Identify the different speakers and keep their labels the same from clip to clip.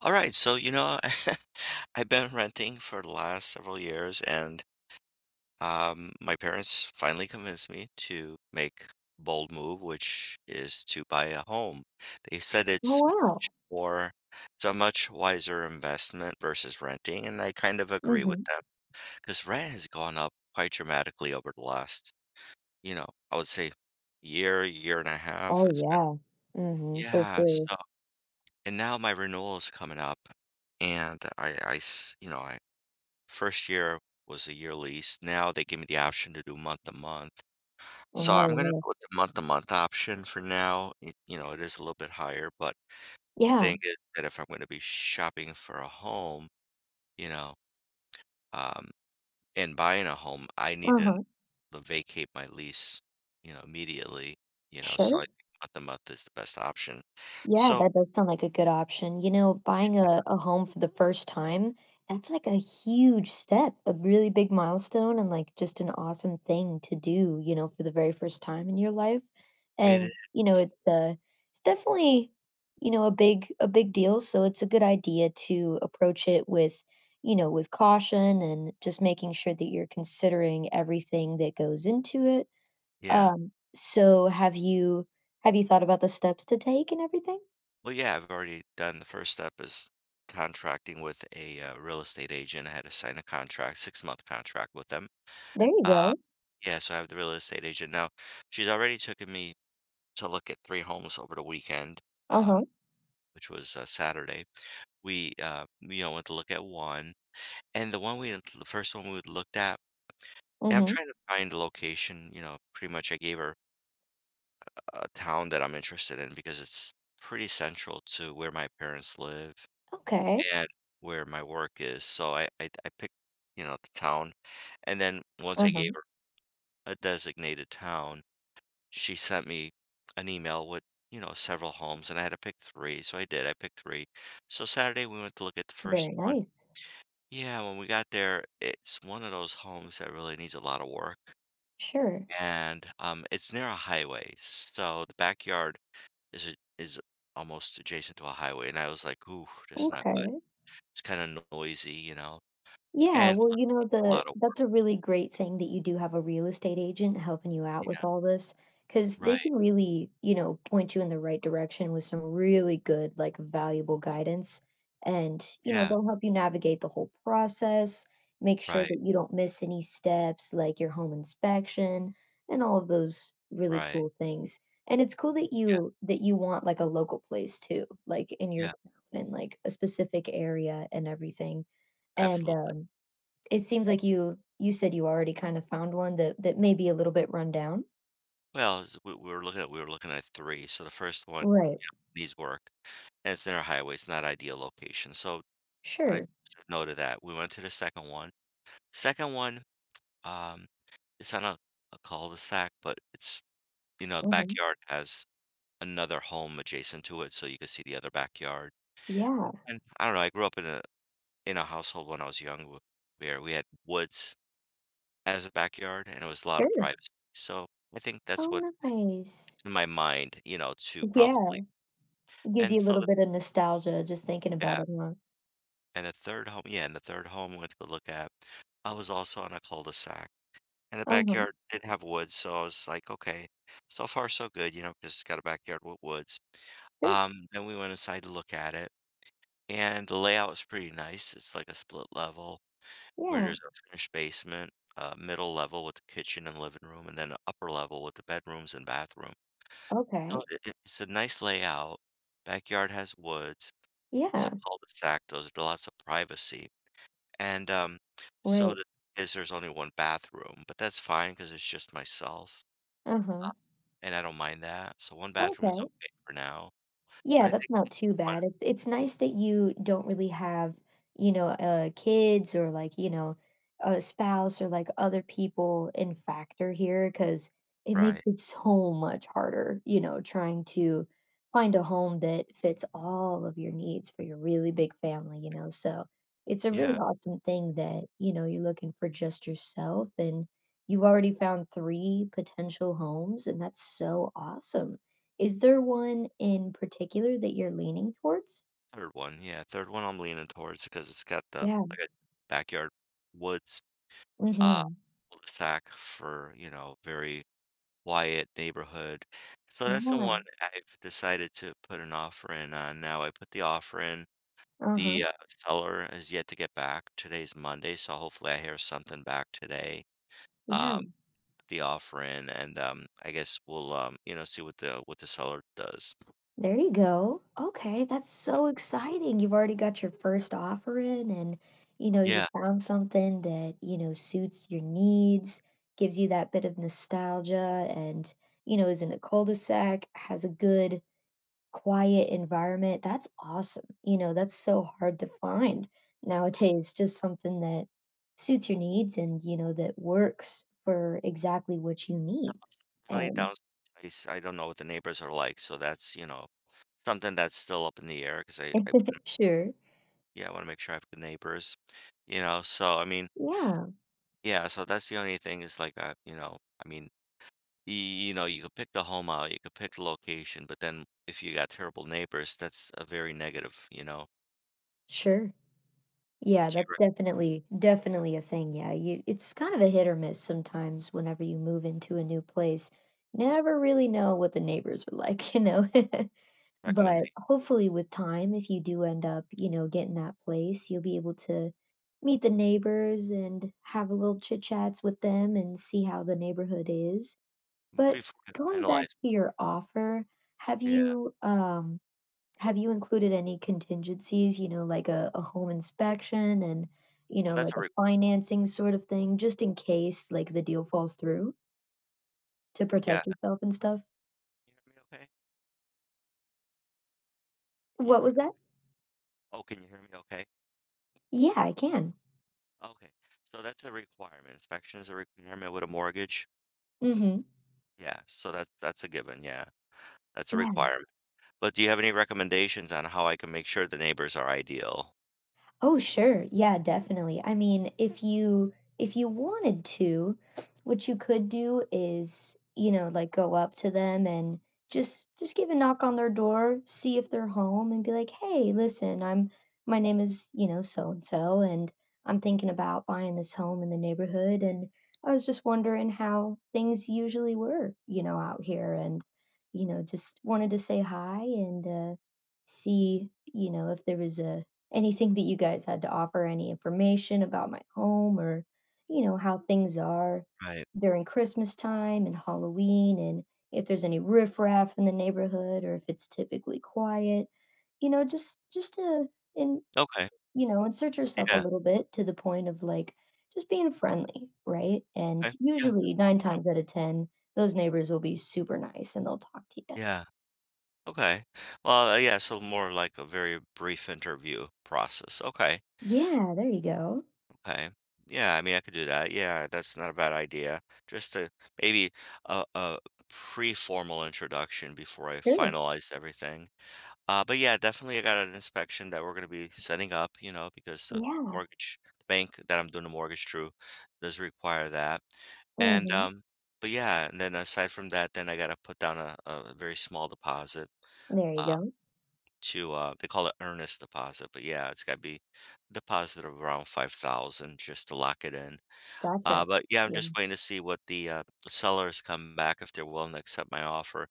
Speaker 1: All right, so I've been renting for the last several years, and my parents finally convinced me to make bold move, which is to buy a home. They said
Speaker 2: Oh,
Speaker 1: it's much
Speaker 2: wow.
Speaker 1: more, it's a much wiser investment versus renting, and I kind of agree with
Speaker 2: Mhm.
Speaker 1: them because rent has gone up quite dramatically over the last, you know, I would say year, year and a half.
Speaker 2: Oh,
Speaker 1: It's been,
Speaker 2: yeah. Mhm, for
Speaker 1: yeah,
Speaker 2: sure.
Speaker 1: so, and now my renewal is coming up and I s- you know, I first year was a year lease. Now they give me the option to do month to month. So
Speaker 2: Oh,
Speaker 1: I'm gonna go with
Speaker 2: yeah.
Speaker 1: the month to month option for now. It is a little bit higher, but the
Speaker 2: Yeah.
Speaker 1: thing is that if I'm gonna be shopping for a home, you know, um, and buying a home, I need to
Speaker 2: Uh-huh.
Speaker 1: vacate my lease, immediately. So I
Speaker 2: Sure.
Speaker 1: think month to month is the best option.
Speaker 2: Yeah,
Speaker 1: So
Speaker 2: that does sound like a good option. You know, buying
Speaker 1: it,
Speaker 2: a home for the first time, that's like a huge step, a really big milestone, and like just an awesome thing to do, you know, for the very first time in your life.
Speaker 1: it is,
Speaker 2: And, you know, it's it's definitely, you know, a big deal, so it's a good idea to approach it with, you know, with caution and just making sure that you're considering everything that goes into it.
Speaker 1: yeah.
Speaker 2: So have you thought about the steps to take and everything?
Speaker 1: Well, yeah, I've already done the first step is contracting with a real estate agent. I had to sign a contract, 6-month contract with them.
Speaker 2: There you
Speaker 1: Uh,
Speaker 2: go.
Speaker 1: yeah, so I have the real estate agent now. She's already taken me to look at three homes over the weekend, um,
Speaker 2: Uh-huh.
Speaker 1: which was Saturday. We went to look at one, and the first one we looked at. And I'm
Speaker 2: Mhm.
Speaker 1: trying to find a location. Pretty much I gave her a town that I'm interested in because it's pretty central to where my parents live
Speaker 2: Okay.
Speaker 1: at where my work is, so I picked, the town, and then once I gave
Speaker 2: Uh-huh.
Speaker 1: her a designated town, she sent me an email with, several homes, and I had to pick 3, so I did, I picked 3. So Saturday, we went to look at the first
Speaker 2: Very
Speaker 1: one.
Speaker 2: nice.
Speaker 1: Yeah, when we got there, it's one of those homes that really needs a lot of work,
Speaker 2: Sure.
Speaker 1: and, it's near a highway, so the backyard is almost adjacent to a highway, and I was like, "Ooh, that's not good."
Speaker 2: Okay.
Speaker 1: It's kinda noisy, you know?
Speaker 2: Yeah,
Speaker 1: And
Speaker 2: well,
Speaker 1: plus
Speaker 2: you know,
Speaker 1: it's a
Speaker 2: the
Speaker 1: lot of work.
Speaker 2: that's a really great thing that you do have a real estate agent helping you out
Speaker 1: Yeah,
Speaker 2: with all this because they
Speaker 1: right.
Speaker 2: can really, you know, point you in the right direction with some really good, like, valuable guidance. And, you know,
Speaker 1: Yeah,
Speaker 2: they'll help you navigate the whole process, make sure
Speaker 1: right,
Speaker 2: that you don't miss any steps, like your home inspection and all of those really
Speaker 1: right.
Speaker 2: cool things. And it's cool that
Speaker 1: Yeah,
Speaker 2: you want, like, a local place too, like, in your
Speaker 1: yeah,
Speaker 2: town and, like, a specific area and everything. And,
Speaker 1: absolutely.
Speaker 2: um it seems like you said you already kind of found one that may be a little bit run down.
Speaker 1: Well, it's we were looking at we were looking at 3, so the first one
Speaker 2: Right.
Speaker 1: needs work, and it's in our highway, it's not ideal location, so I
Speaker 2: Sure.
Speaker 1: said no to that. We went to the second one. Second one, um, it's on a cul-de-sac, but it's the
Speaker 2: Mhm.
Speaker 1: backyard has another home adjacent to it, so you can see the other backyard.
Speaker 2: Yeah,
Speaker 1: And I don't know, I grew up in a household when I was young w where we had woods as a backyard, and it was a lot of
Speaker 2: sure.
Speaker 1: privacy, so I think that's what
Speaker 2: Oh, nice.
Speaker 1: in my mind, 2 probably.
Speaker 2: Yeah, it gives
Speaker 1: And
Speaker 2: you a
Speaker 1: so
Speaker 2: little
Speaker 1: the
Speaker 2: bit of nostalgia just thinking about
Speaker 1: yeah,
Speaker 2: it, huh?
Speaker 1: and a third home, yeah, and the third home I went to go look at, I was also on a cul-de-sac, and the
Speaker 2: Uh-huh.
Speaker 1: backyard did have woods, so I was like, "Okay, so far so good," because 'cause it's got a backyard with woods.
Speaker 2: Sure.
Speaker 1: Then we went inside to look at it, and the layout was pretty nice, it's like a split level where
Speaker 2: Yeah.
Speaker 1: there's a finished basement, a middle level with the kitchen and living room, and then an upper level with the bedrooms and bathroom. So
Speaker 2: Okay.
Speaker 1: it's a nice layout, backyard has woods, it's a
Speaker 2: Yeah.
Speaker 1: cul-de-sac, there's lots of privacy, and, so
Speaker 2: Right.
Speaker 1: the there's only one bathroom, but that's fine because it's just myself,
Speaker 2: Uh-huh.
Speaker 1: and I don't mind that, so one bathroom is
Speaker 2: Okay.
Speaker 1: okay for now. So
Speaker 2: Yeah,
Speaker 1: I
Speaker 2: that's
Speaker 1: think
Speaker 2: not
Speaker 1: the
Speaker 2: too
Speaker 1: one
Speaker 2: bad. It's nice that you don't really have, you know, kids or like, you know, a spouse or like other people in factor here because it
Speaker 1: right,
Speaker 2: makes it so much harder, you know, trying to find a home that fits all of your needs for your really big family, you know. So it's a really
Speaker 1: yeah,
Speaker 2: awesome thing that, you know, you're looking for just yourself and you've already found three potential homes, and that's so awesome. Is there one in particular that you're leaning towards?
Speaker 1: third one, yeah, third one I'm leaning towards because it's got the,
Speaker 2: Yeah,
Speaker 1: like, a backyard woods, uh,
Speaker 2: mhm.
Speaker 1: cul-de-sac for, very quiet neighborhood. So that's the
Speaker 2: Yeah,
Speaker 1: one I've decided to put an offer in on now. I put the offer in.
Speaker 2: uh-huh,
Speaker 1: The seller has yet to get back. Today's Monday, so hopefully I hear something back today.
Speaker 2: yeah,
Speaker 1: Um, Put the offer in, and, I guess we'll, see what the seller does.
Speaker 2: there you go. Okay, that's so exciting. You've already got your first offer in and, you know, you
Speaker 1: Yeah,
Speaker 2: found something that, you know, suits your needs, gives you that bit of nostalgia and, you know, is in a cul-de-sac, has a good quiet environment, that's awesome, you know, that's so hard to find nowadays, just something that suits your needs and, you know, that works for exactly what you need,
Speaker 1: the only
Speaker 2: and
Speaker 1: downside is I don't know what the neighbors are like, so that's, something that's still up in the air 'cause I
Speaker 2: Sure.
Speaker 1: yeah, I wanna make sure I have good neighbors, you know? So, I mean,
Speaker 2: Yeah,
Speaker 1: yeah, so that's the only thing is, like, I mean you know, you could pick the home out, you could pick the location, but then if you got terrible neighbors, that's a very negative.
Speaker 2: sure. Yeah,
Speaker 1: Do you
Speaker 2: that's definitely a thing, yeah, you it's kind of a hit or miss sometimes whenever you move into a new place.
Speaker 1: recommend
Speaker 2: Never really know what the neighbors are like, you know? But
Speaker 1: recommendation
Speaker 2: hopefully with time, if you do end up, you know, getting that place, you'll be able to meet the neighbors and have a little chit chats with them and see how the neighborhood is. But
Speaker 1: before you
Speaker 2: going back
Speaker 1: finalize?
Speaker 2: to your offer, have
Speaker 1: Yeah.
Speaker 2: you um have you included any contingencies, you know, like a home inspection and you
Speaker 1: Well,
Speaker 2: know,
Speaker 1: that's
Speaker 2: like
Speaker 1: a
Speaker 2: a
Speaker 1: re
Speaker 2: financing sort of thing, just in case like the deal falls through to
Speaker 1: yeah.
Speaker 2: protect yourself and stuff?
Speaker 1: Can you hear me okay? Can you
Speaker 2: What
Speaker 1: hear me?
Speaker 2: was that?
Speaker 1: Oh, can you hear me okay?
Speaker 2: Yeah, I can.
Speaker 1: Okay. So that's a requirement. Inspection is a requirement with a mortgage.
Speaker 2: Mm-hmm.
Speaker 1: Yeah. So that's a given. Yeah. That's a requirement. But do you have any recommendations on how I can make sure the neighbors are ideal?
Speaker 2: Oh, sure. Yeah, definitely. I mean, if you wanted to, what you could do is, you know, like go up to them and just give a knock on their door, see if they're home and be like, "Hey, listen, I'm my name is, you know, so and so and I'm thinking about buying this home in the neighborhood and I was just wondering how things usually were, you know, out here and you know, just wanted to say hi and see, you know, if there was a anything that you guys had to offer, any information about my home or, you know, how things are
Speaker 1: Right.
Speaker 2: during Christmas time and Halloween and if there's any riffraff in the neighborhood or if it's typically quiet. You know, just to in
Speaker 1: Okay.
Speaker 2: you know, insert yourself a
Speaker 1: Yeah.
Speaker 2: little bit to the point of like just being friendly, right? And
Speaker 1: Okay. Yeah.
Speaker 2: usually nine times out of ten, those neighbors will be super nice and they'll talk to you.
Speaker 1: Yeah. Okay. Well, yeah, so more like a very brief interview process. Okay.
Speaker 2: Yeah, there you go.
Speaker 1: Okay. Yeah, I mean, I could do that. Yeah, that's not a bad idea. Just a Maybe a pre-formal introduction before I
Speaker 2: Sure.
Speaker 1: finalize everything. But yeah, definitely I got an inspection that we're going to be setting up, because the
Speaker 2: Yeah.
Speaker 1: mortgage bank that I'm doing the mortgage through does require that. And
Speaker 2: Hmm.
Speaker 1: But yeah, and then aside from that, then I got to put down a very small deposit
Speaker 2: There you
Speaker 1: uh,
Speaker 2: go.
Speaker 1: to, they call it earnest deposit, but yeah, it's gotta be deposit of around 5,000 just to lock it in.
Speaker 2: Gotcha.
Speaker 1: But yeah, I'm
Speaker 2: Yeah.
Speaker 1: just waiting to see what the sellers come back if they're willing to accept my offer.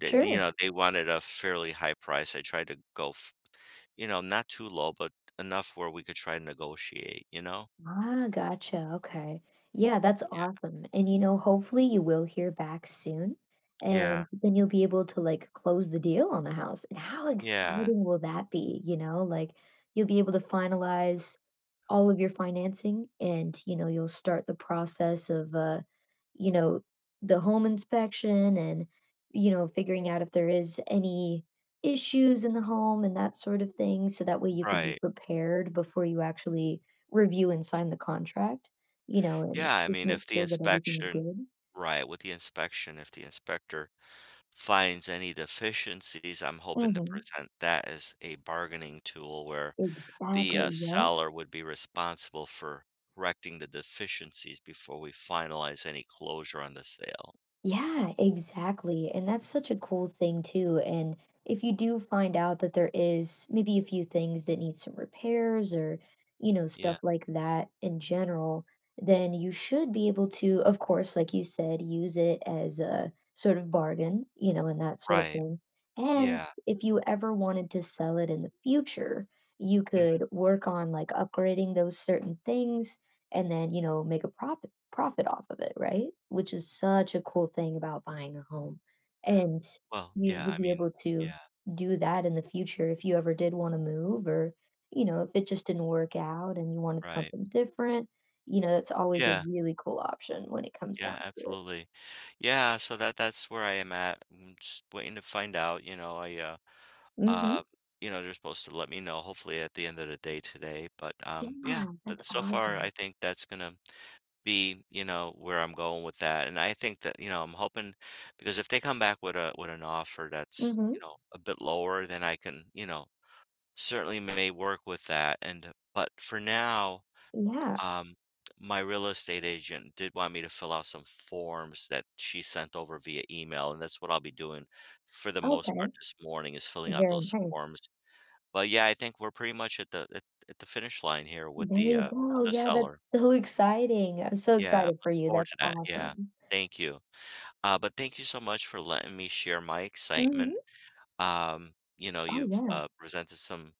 Speaker 1: They, you
Speaker 2: Sure.
Speaker 1: know, they wanted a fairly high price. I tried to go, not too low, but enough where we could try to negotiate, you know?
Speaker 2: Ah, gotcha. Okay. Yeah, that's
Speaker 1: Yeah.
Speaker 2: awesome. And you know, hopefully you will hear back soon
Speaker 1: Yeah.
Speaker 2: and then you'll be able to like close the deal on the house. And how
Speaker 1: Yeah.
Speaker 2: exciting will that be? You know, like you'll be able to finalize all of your financing and you know, you'll start the process of you know, the home inspection and you know, figuring out if there is any issues in the home and that sort of thing so that way you can be
Speaker 1: Right.
Speaker 2: prepared before you actually review and sign the contract, you know, and
Speaker 1: Yeah. I
Speaker 2: just
Speaker 1: mean,
Speaker 2: make
Speaker 1: if
Speaker 2: sure that everything's good.
Speaker 1: right, with the inspection, if the inspector finds any deficiencies, I'm hoping to
Speaker 2: Mhm.
Speaker 1: present that as a bargaining tool where the
Speaker 2: Exactly, yep.
Speaker 1: seller would be responsible for correcting the deficiencies before we finalize any closure on the sale.
Speaker 2: Yeah, exactly. And that's such a cool thing too. And if you do find out that there is maybe a few things that need some repairs or, you know,
Speaker 1: Yeah,
Speaker 2: stuff like that in general, then you should be able to, of course, like you said, use it as a sort of bargain, you know, and that sort of
Speaker 1: right.
Speaker 2: thing. And
Speaker 1: Yeah.
Speaker 2: if you ever wanted to sell it in the future, you
Speaker 1: Mhm.
Speaker 2: could work on like upgrading those certain things and then, you know, make a profit off of it, right? Which is such a cool thing about buying a home. And
Speaker 1: Well, yeah,
Speaker 2: you'll
Speaker 1: I
Speaker 2: be
Speaker 1: mean,
Speaker 2: able to
Speaker 1: yeah,
Speaker 2: do that in the future if you ever did want to move or, you know, if it just didn't work out and you wanted
Speaker 1: right.
Speaker 2: something different, you know, that's always a
Speaker 1: Yeah,
Speaker 2: really cool option when it comes down
Speaker 1: yeah,
Speaker 2: to it.
Speaker 1: absolutely. Yeah, so that's where I am at. I'm just waiting to find out,
Speaker 2: Mhm.
Speaker 1: Um, they're supposed to let me know hopefully at the end of the day today, but, yeah,
Speaker 2: Yeah,
Speaker 1: but
Speaker 2: that's
Speaker 1: so far I
Speaker 2: awesome.
Speaker 1: think that's gonna be, where I'm going with that, and I think that, I'm hoping because if they come back with a with an offer that's,
Speaker 2: Mhm.
Speaker 1: a bit lower, then I can, certainly may work with that, and but for now,
Speaker 2: Yeah.
Speaker 1: um, my real estate agent did want me to fill out some forms that she sent over via email, and that's what I'll be doing for the most part
Speaker 2: Okay.
Speaker 1: this morning is filling out
Speaker 2: Very
Speaker 1: those
Speaker 2: nice.
Speaker 1: forms. Well, yeah, I think we're pretty much at the at the finish line here with
Speaker 2: There
Speaker 1: the,
Speaker 2: you
Speaker 1: uh, with
Speaker 2: go.
Speaker 1: the
Speaker 2: Yeah, that's
Speaker 1: seller.
Speaker 2: so exciting. I'm so
Speaker 1: Yeah,
Speaker 2: excited for
Speaker 1: looking
Speaker 2: you.
Speaker 1: forward
Speaker 2: That's
Speaker 1: to that, yeah.
Speaker 2: awesome.
Speaker 1: Thank you. But thank you so much for letting me share my
Speaker 2: Mhm.
Speaker 1: excitement.
Speaker 2: Oh,
Speaker 1: You've,
Speaker 2: yeah,
Speaker 1: presented some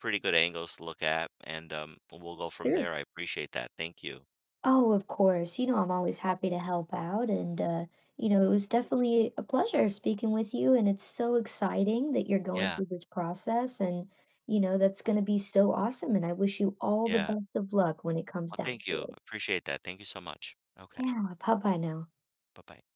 Speaker 1: pretty good angles to look at, and, we'll go from
Speaker 2: sure.
Speaker 1: there. I appreciate that. Thank you.
Speaker 2: Oh, of course. You know, I'm always happy to help out. And, you know, it was definitely a pleasure speaking with you. And it's so exciting that you're going
Speaker 1: Yeah,
Speaker 2: through this process. And, you know, that's going to be so awesome. And I wish you all the
Speaker 1: yeah.
Speaker 2: best of luck when it comes
Speaker 1: Well,
Speaker 2: down
Speaker 1: thank
Speaker 2: to
Speaker 1: you.
Speaker 2: it.
Speaker 1: Appreciate that. Thank you so much. Okay.
Speaker 2: Yeah. Bye bye now.
Speaker 1: Bye-bye.